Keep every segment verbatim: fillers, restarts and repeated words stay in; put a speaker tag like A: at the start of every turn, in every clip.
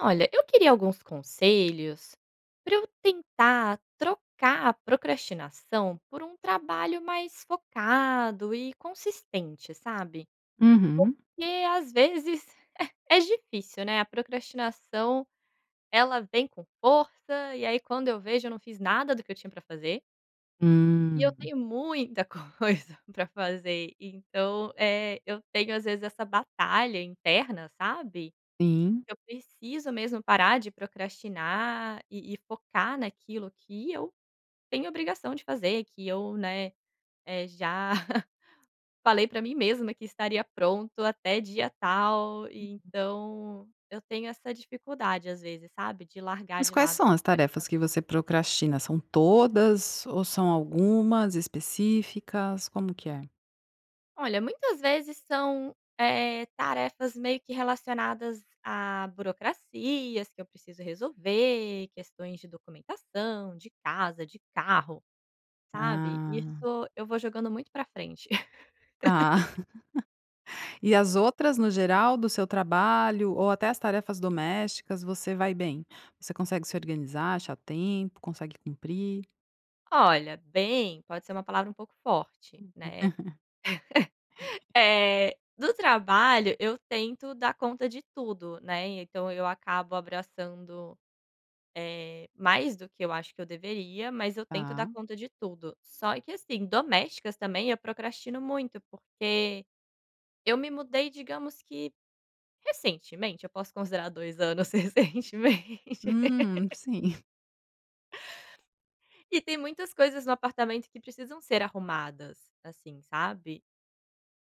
A: Olha, eu queria alguns conselhos para eu tentar trocar a procrastinação por um trabalho mais focado e consistente, sabe?
B: Uhum.
A: Porque às vezes é difícil, né? A procrastinação, ela vem com força e aí quando eu vejo eu não fiz nada do que eu tinha para fazer. E eu
B: Hum,
A: tenho muita coisa para fazer, então eh, eu tenho às vezes essa batalha interna, sabe?
B: sim.
A: Eu preciso mesmo parar de procrastinar e e focar naquilo que eu tenho obrigação de fazer, que eu, né, eh, já falei para mim mesma que estaria pronto até dia tal, e então eu tenho essa dificuldade às vezes, sabe, de largar
B: Mas
A: de
B: quais
A: lado a
B: são as tarefas que
A: procrastinação.
B: você procrastina? São todas ou são algumas específicas? Como que é?
A: Olha, muitas vezes são, eh, tarefas meio que relacionadas a burocracias que eu preciso resolver, questões de documentação, de casa, de carro. Sabe,
B: Ah,
A: isso eu vou jogando muito pra frente.
B: tá. E as outras, no geral, do seu trabalho ou até as tarefas domésticas, você vai bem? Você consegue se organizar, achar tempo, consegue cumprir?
A: Olha, bem, pode ser uma palavra um pouco forte, né. É do trabalho eu tento dar conta de tudo, né, então eu acabo abraçando, eh, mais do que eu acho que eu deveria, mas eu tento dar
B: Tá.
A: conta de tudo. Só que assim, domésticas também eu procrastino muito, porque eu me mudei, digamos que recentemente, eu posso considerar dois anos recentemente.
B: Hum, sim.
A: E tem muitas coisas no apartamento que precisam ser arrumadas, assim, sabe.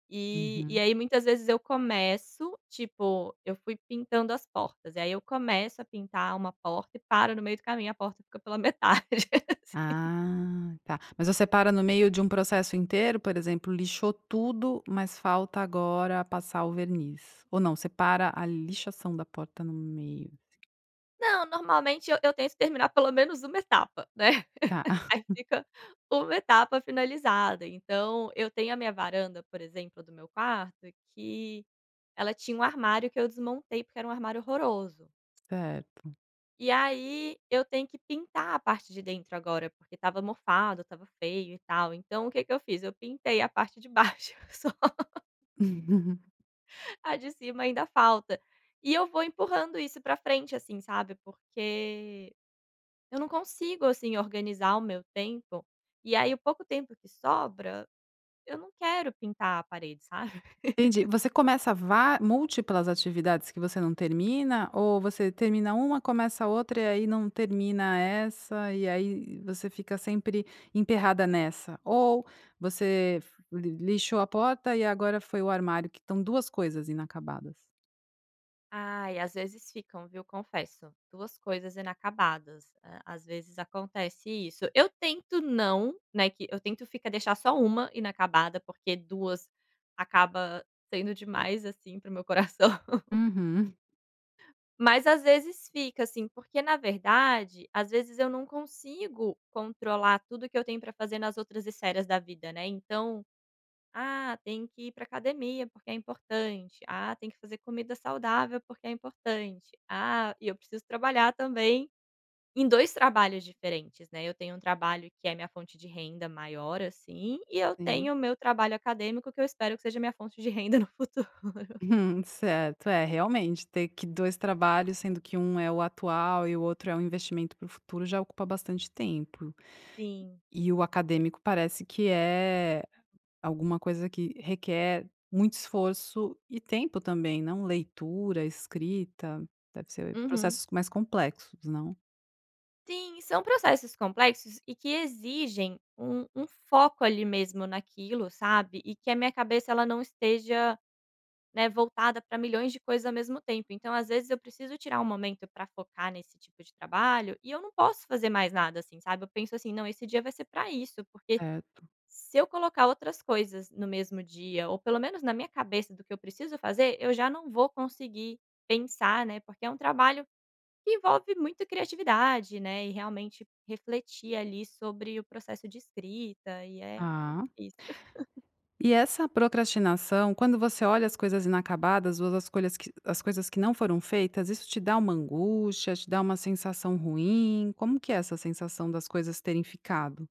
A: E e
B: Uhum.
A: aí muitas vezes eu começo, tipo, eu fui pintando as portas, e aí eu começo a pintar uma porta e paro no meio do caminho, a porta fica pela metade. Assim.
B: Ah, tá. Mas você para no meio de um processo inteiro, por exemplo, lixou tudo, mas falta agora passar o verniz. Ou não, você para a lixação da porta no meio.
A: Não, normalmente eu eu tento terminar pelo menos uma etapa, né,
B: Tá,
A: aí fica uma etapa finalizada. Então, eu tenho a minha varanda, por exemplo, do meu quarto, que ela tinha um armário que eu desmontei, porque era um armário horroroso.
B: certo.
A: E aí eu tenho que pintar a parte de dentro agora, porque estava mofado, estava feio e tal. Então o que que eu fiz? Eu pintei a parte de baixo, só a de cima ainda falta. E eu vou empurrando isso pra frente, assim, sabe? Porque eu não consigo, assim, organizar o meu tempo. E aí o pouco tempo que sobra, eu não quero pintar a parede, sabe?
B: Entendi. Você começa va múltiplas atividades que você não termina, ou você termina uma, começa outra e aí não termina essa, e aí você fica sempre emperrada nessa? Ou você li lixou a porta e agora foi o armário, que estão duas coisas inacabadas?
A: Ai, às vezes ficam, viu, confesso. Duas coisas inacabadas. Hã, às vezes acontece isso. Eu tento não, né, que eu tento ficar deixar só uma inacabada, porque duas acaba sendo demais, assim, para meu coração.
B: Uhum,
A: Mas às vezes fica, assim, porque na verdade, às vezes eu não consigo controlar tudo que eu tenho para fazer nas outras esferas da vida, né, então ah, tem que ir para academia porque é importante. Ah, tem que fazer comida saudável porque é importante. Ah, e eu preciso trabalhar também em dois trabalhos diferentes, né. Eu tenho um trabalho que é minha fonte de renda maior, assim, e eu
B: sim.
A: tenho o meu trabalho acadêmico que eu espero que seja minha fonte de renda no futuro.
B: Certo, é, realmente, ter que dois trabalhos, sendo que um é o atual e o outro é um investimento para o futuro, já ocupa bastante tempo.
A: Sim.
B: E o acadêmico parece que é alguma coisa que requer muito esforço e tempo também, não? Leitura, escrita, deve ser
A: Uhum.
B: processos mais complexos, não?
A: Sim, são processos complexos e que exigem um um foco ali mesmo naquilo, sabe, e que a minha cabeça ela não esteja, né, voltada para milhões de coisas ao mesmo tempo. Então, às vezes, eu preciso tirar um momento para focar nesse tipo de trabalho e eu não posso fazer mais nada, assim, sabe? Eu penso assim: "Não, esse dia vai ser para isso", porque
B: Certo.
A: se eu colocar outras coisas no mesmo dia, ou pelo menos na minha cabeça do que eu preciso fazer, eu já não vou conseguir pensar, né, porque é um trabalho que envolve muita criatividade, né, e realmente refletir ali sobre o processo de escrita e é
B: Ah.
A: difícil.
B: E essa procrastinação, quando você olha as coisas inacabadas ou as coisas que, as coisas que não foram feitas, isso te dá uma angústia, te dá uma sensação ruim? Como que é essa sensação das coisas terem ficado?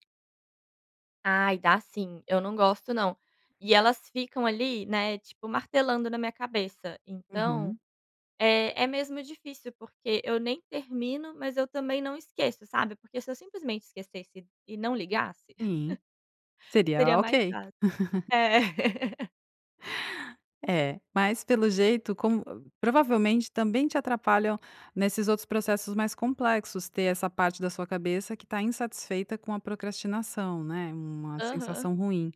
A: Ai, dá sim, eu não gosto não. E elas ficam ali, né, tipo, martelando na minha cabeça. Então,
B: Uhum,
A: é é mesmo difícil, porque eu nem termino, mas eu também não esqueço, sabe. Porque se eu simplesmente esquecesse e não ligasse,
B: sim, seria
A: seria mais
B: ok.
A: fácil. É.
B: É, mas pelo jeito, como- provavelmente também te atrapalham nesses outros processos mais complexos ter essa parte da sua cabeça que está insatisfeita com a procrastinação, né? Uma
A: Aham,
B: sensação ruim.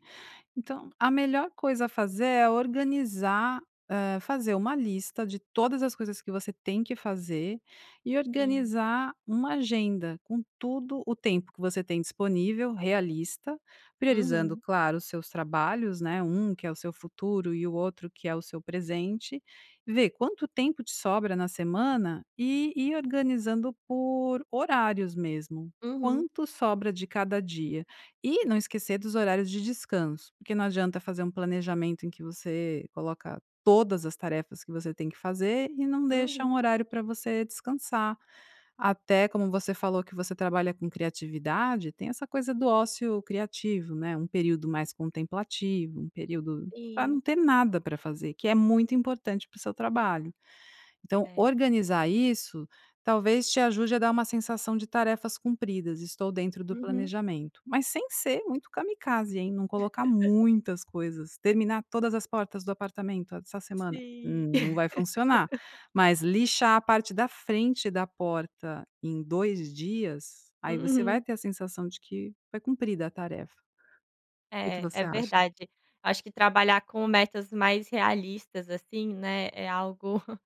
B: Então, a melhor coisa a fazer é organizar, eh, fazer uma lista de todas as coisas que você tem que fazer e
A: sim.
B: organizar uma agenda com tudo o tempo que você tem disponível, realista, priorizando,
A: Uhum,
B: claro, os seus trabalhos, né, um que é o seu futuro e o outro que é o seu presente, ver quanto tempo te sobra na semana e ir organizando por horários mesmo.
A: uhum,
B: Quanto sobra de cada dia? E não esquecer dos horários de descanso, porque não adianta fazer um planejamento em que você coloca todas as tarefas que você tem que fazer e não deixa um
A: uhum,
B: horário para você descansar. Até como você falou que você trabalha com criatividade, tem essa coisa do ócio criativo, né? Um período mais contemplativo, um período para não
A: sim.
B: ter nada para fazer, que é muito importante para o seu trabalho. Então,
A: É.
B: organizar isso talvez te ajude a dar uma sensação de tarefas cumpridas, estou dentro do
A: Uhum,
B: planejamento. Mas sem ser muito kamikaze, hein? Não colocar muitas coisas, terminar todas as portas do apartamento essa semana,
A: sim.
B: hum, não vai funcionar. Mas lixar a parte da frente da porta em dois dias, aí você vai
A: Uhum.
B: ter a sensação de que foi cumprida a tarefa. O que que
A: É,
B: você
A: é
B: acha?
A: verdade. Acho que trabalhar com metas mais realistas, assim, né, é algo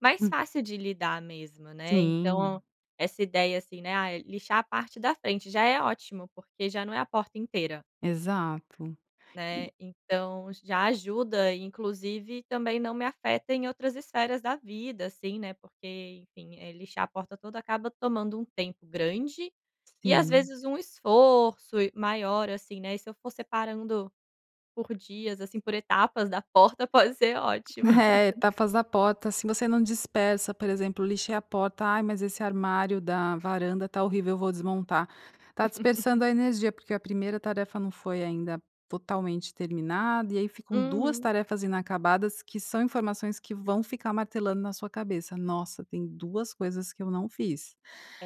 A: mais
B: Hum,
A: fácil de lidar mesmo, né, então,
B: sim,
A: essa ideia assim, né, "Ah, lixar a parte da frente", já é ótimo, porque já não é a porta inteira,
B: exato.
A: né,
B: E
A: então já ajuda, inclusive também não me afeta em outras esferas da vida, assim, né, porque, enfim, eh, lixar a porta toda acaba tomando um tempo grande e às
B: sim.
A: vezes um esforço e maior, assim, né, e se eu for separando por dias, assim, por etapas da porta pode ser ótimo.
B: É, tapas da porta, se você não dispersa, por exemplo, lixei a porta, "Ai, mas esse armário da varanda tá horrível, eu vou desmontar". Tá dispersando a energia, porque a primeira tarefa não foi ainda totalmente terminada, e aí ficam duas
A: Uhum.
B: tarefas inacabadas, que são informações que vão ficar martelando na sua cabeça. "Nossa, tem duas coisas que eu não fiz".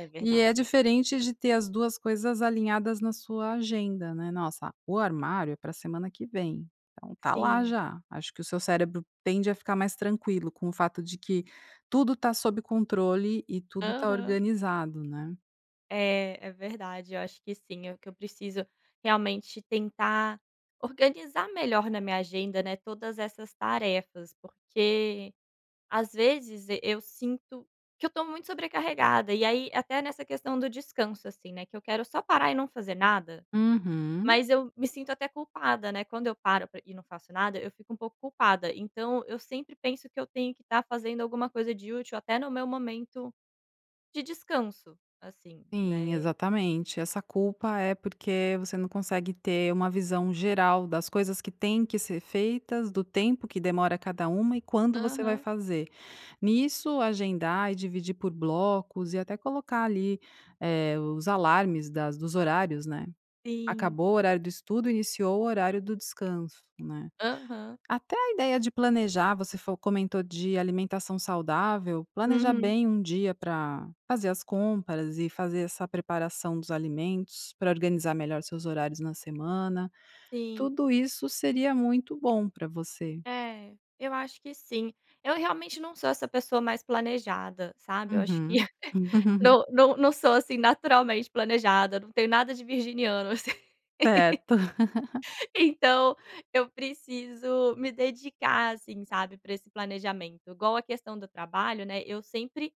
A: É
B: E é
A: verdade.
B: diferente de ter as duas coisas alinhadas na sua agenda, né. "Nossa, o armário é para semana que vem". Então tá lá
A: Sim.
B: já. Acho que o seu cérebro tende a ficar mais tranquilo com o fato de que tudo tá sob controle e tudo tá
A: Aham.
B: organizado, né.
A: É, é verdade, eu acho que sim, eu que eu preciso realmente tentar organizar melhor na minha agenda, né, todas essas tarefas, porque às vezes e eu sinto que eu tô muito sobrecarregada, e aí até nessa questão do descanso, assim, né, que eu quero só parar e não fazer nada,
B: Uhum.
A: mas eu me sinto até culpada, né, quando eu paro pra e não faço nada, eu fico um pouco culpada, então eu sempre penso que eu tenho que estar fazendo alguma coisa de útil até no meu momento de descanso, assim,
B: Sim,
A: né.
B: exatamente. Essa culpa é porque você não consegue ter uma visão geral das coisas que têm que ser feitas, do tempo que demora cada uma e quando você vai
A: Aham.
B: fazer. Nisso, agendar e dividir por blocos e até colocar ali, eh, os alarmes das dos horários, né.
A: Sim.
B: Acabou o horário do estudo, iniciou o horário do descanso, né.
A: Aham.
B: Até a ideia de planejar, você fo comentou de alimentação saudável, planejar
A: Uhum.
B: bem um dia para fazer as compras e fazer essa preparação dos alimentos, para organizar melhor seus horários na semana,
A: Sim.
B: tudo isso seria muito bom para você.
A: É, eu acho que sim. Eu realmente não sou essa pessoa mais planejada, sabe, eu acho que
B: Uhum.
A: não não não sou, assim, naturalmente planejada, não tenho nada de virginiano, assim.
B: Certo.
A: Então eu preciso me dedicar, assim, sabe, para esse planejamento. Igual a questão do trabalho, né, eu sempre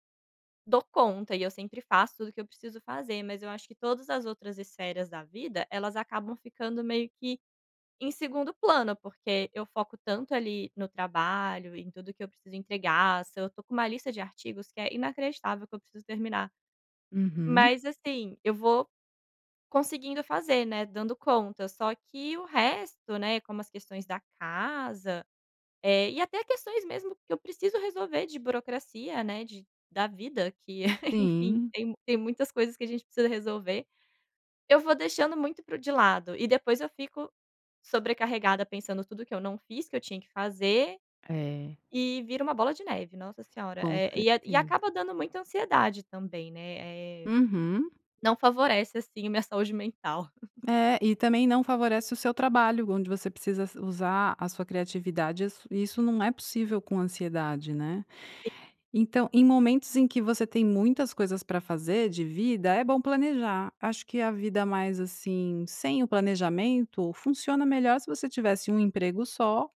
A: dou conta e eu sempre faço tudo que eu preciso fazer, mas eu acho que todas as outras esferas da vida, elas acabam ficando meio que em segundo plano, porque eu foco tanto ali no trabalho, em tudo que eu preciso entregar, se eu tô com uma lista de artigos que é inacreditável que eu preciso terminar.
B: Uhum.
A: Mas assim, eu vou conseguindo fazer, né, dando conta, só que o resto, né, como as questões da casa, eh, e até questões mesmo que eu preciso resolver de burocracia, né, de da vida que, enfim,
B: Sim.
A: tem tem muitas coisas que a gente precisa resolver. Eu vou deixando muito para de lado e depois eu fico sobrecarregada pensando tudo que eu não fiz, que eu tinha que fazer,
B: É,
A: e vira uma bola de neve, nossa senhora.
B: com
A: Eh, e a e
B: certeza.
A: acaba dando muita ansiedade também, né, eh,
B: Uhum.
A: não favorece, assim, a minha saúde mental.
B: É, e também não favorece o seu trabalho, onde você precisa s usar a sua criatividade, isso isso não é possível com ansiedade, né. Então, em momentos em que você tem muitas coisas para fazer de vida, é bom planejar. Acho que a vida mais assim, sem o planejamento, funciona melhor se você tivesse um emprego só,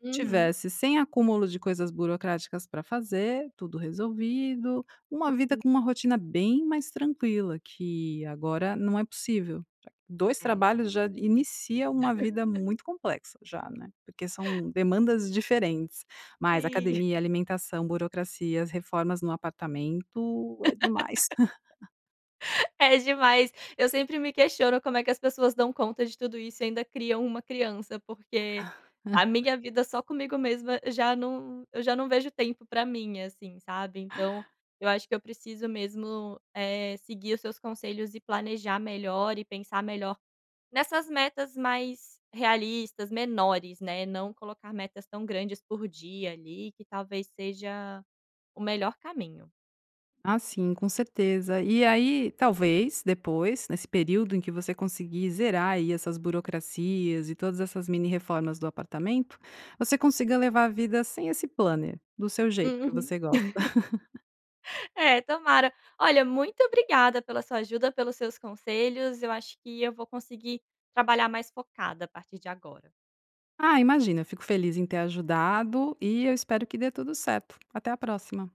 A: Uhum.
B: tivesse sem acúmulo de coisas burocráticas para fazer, tudo resolvido, uma vida com uma rotina bem mais tranquila, que agora não é possível. Dois
A: É.
B: trabalhos já inicia uma vida muito complexa já, né, porque são demandas diferentes. Mas
A: Sim.
B: academia, alimentação, burocracias, reformas no apartamento, é demais.
A: É demais. Eu sempre me questiono como é que as pessoas dão conta de tudo isso e ainda criam uma criança, porque a minha vida só comigo mesma já não eu já não vejo tempo pra mim, assim, sabe. Então, eu acho que eu preciso mesmo, eh, seguir os seus conselhos e planejar melhor e pensar melhor nessas metas mais realistas, menores, né, não colocar metas tão grandes por dia ali, que talvez seja o melhor caminho.
B: Ah, sim, com certeza. E aí, talvez depois, nesse período em que você conseguir zerar aí essas burocracias e todas essas mini reformas do apartamento, você consiga levar a vida sem esse planner, do seu jeito que você gosta.
A: É, tomara. Olha, muito obrigada pela sua ajuda, pelos seus conselhos. Eu acho que eu vou conseguir trabalhar mais focada a partir de agora.
B: Ah, imagina, eu fico feliz em ter ajudado e eu espero que dê tudo certo. Até a próxima.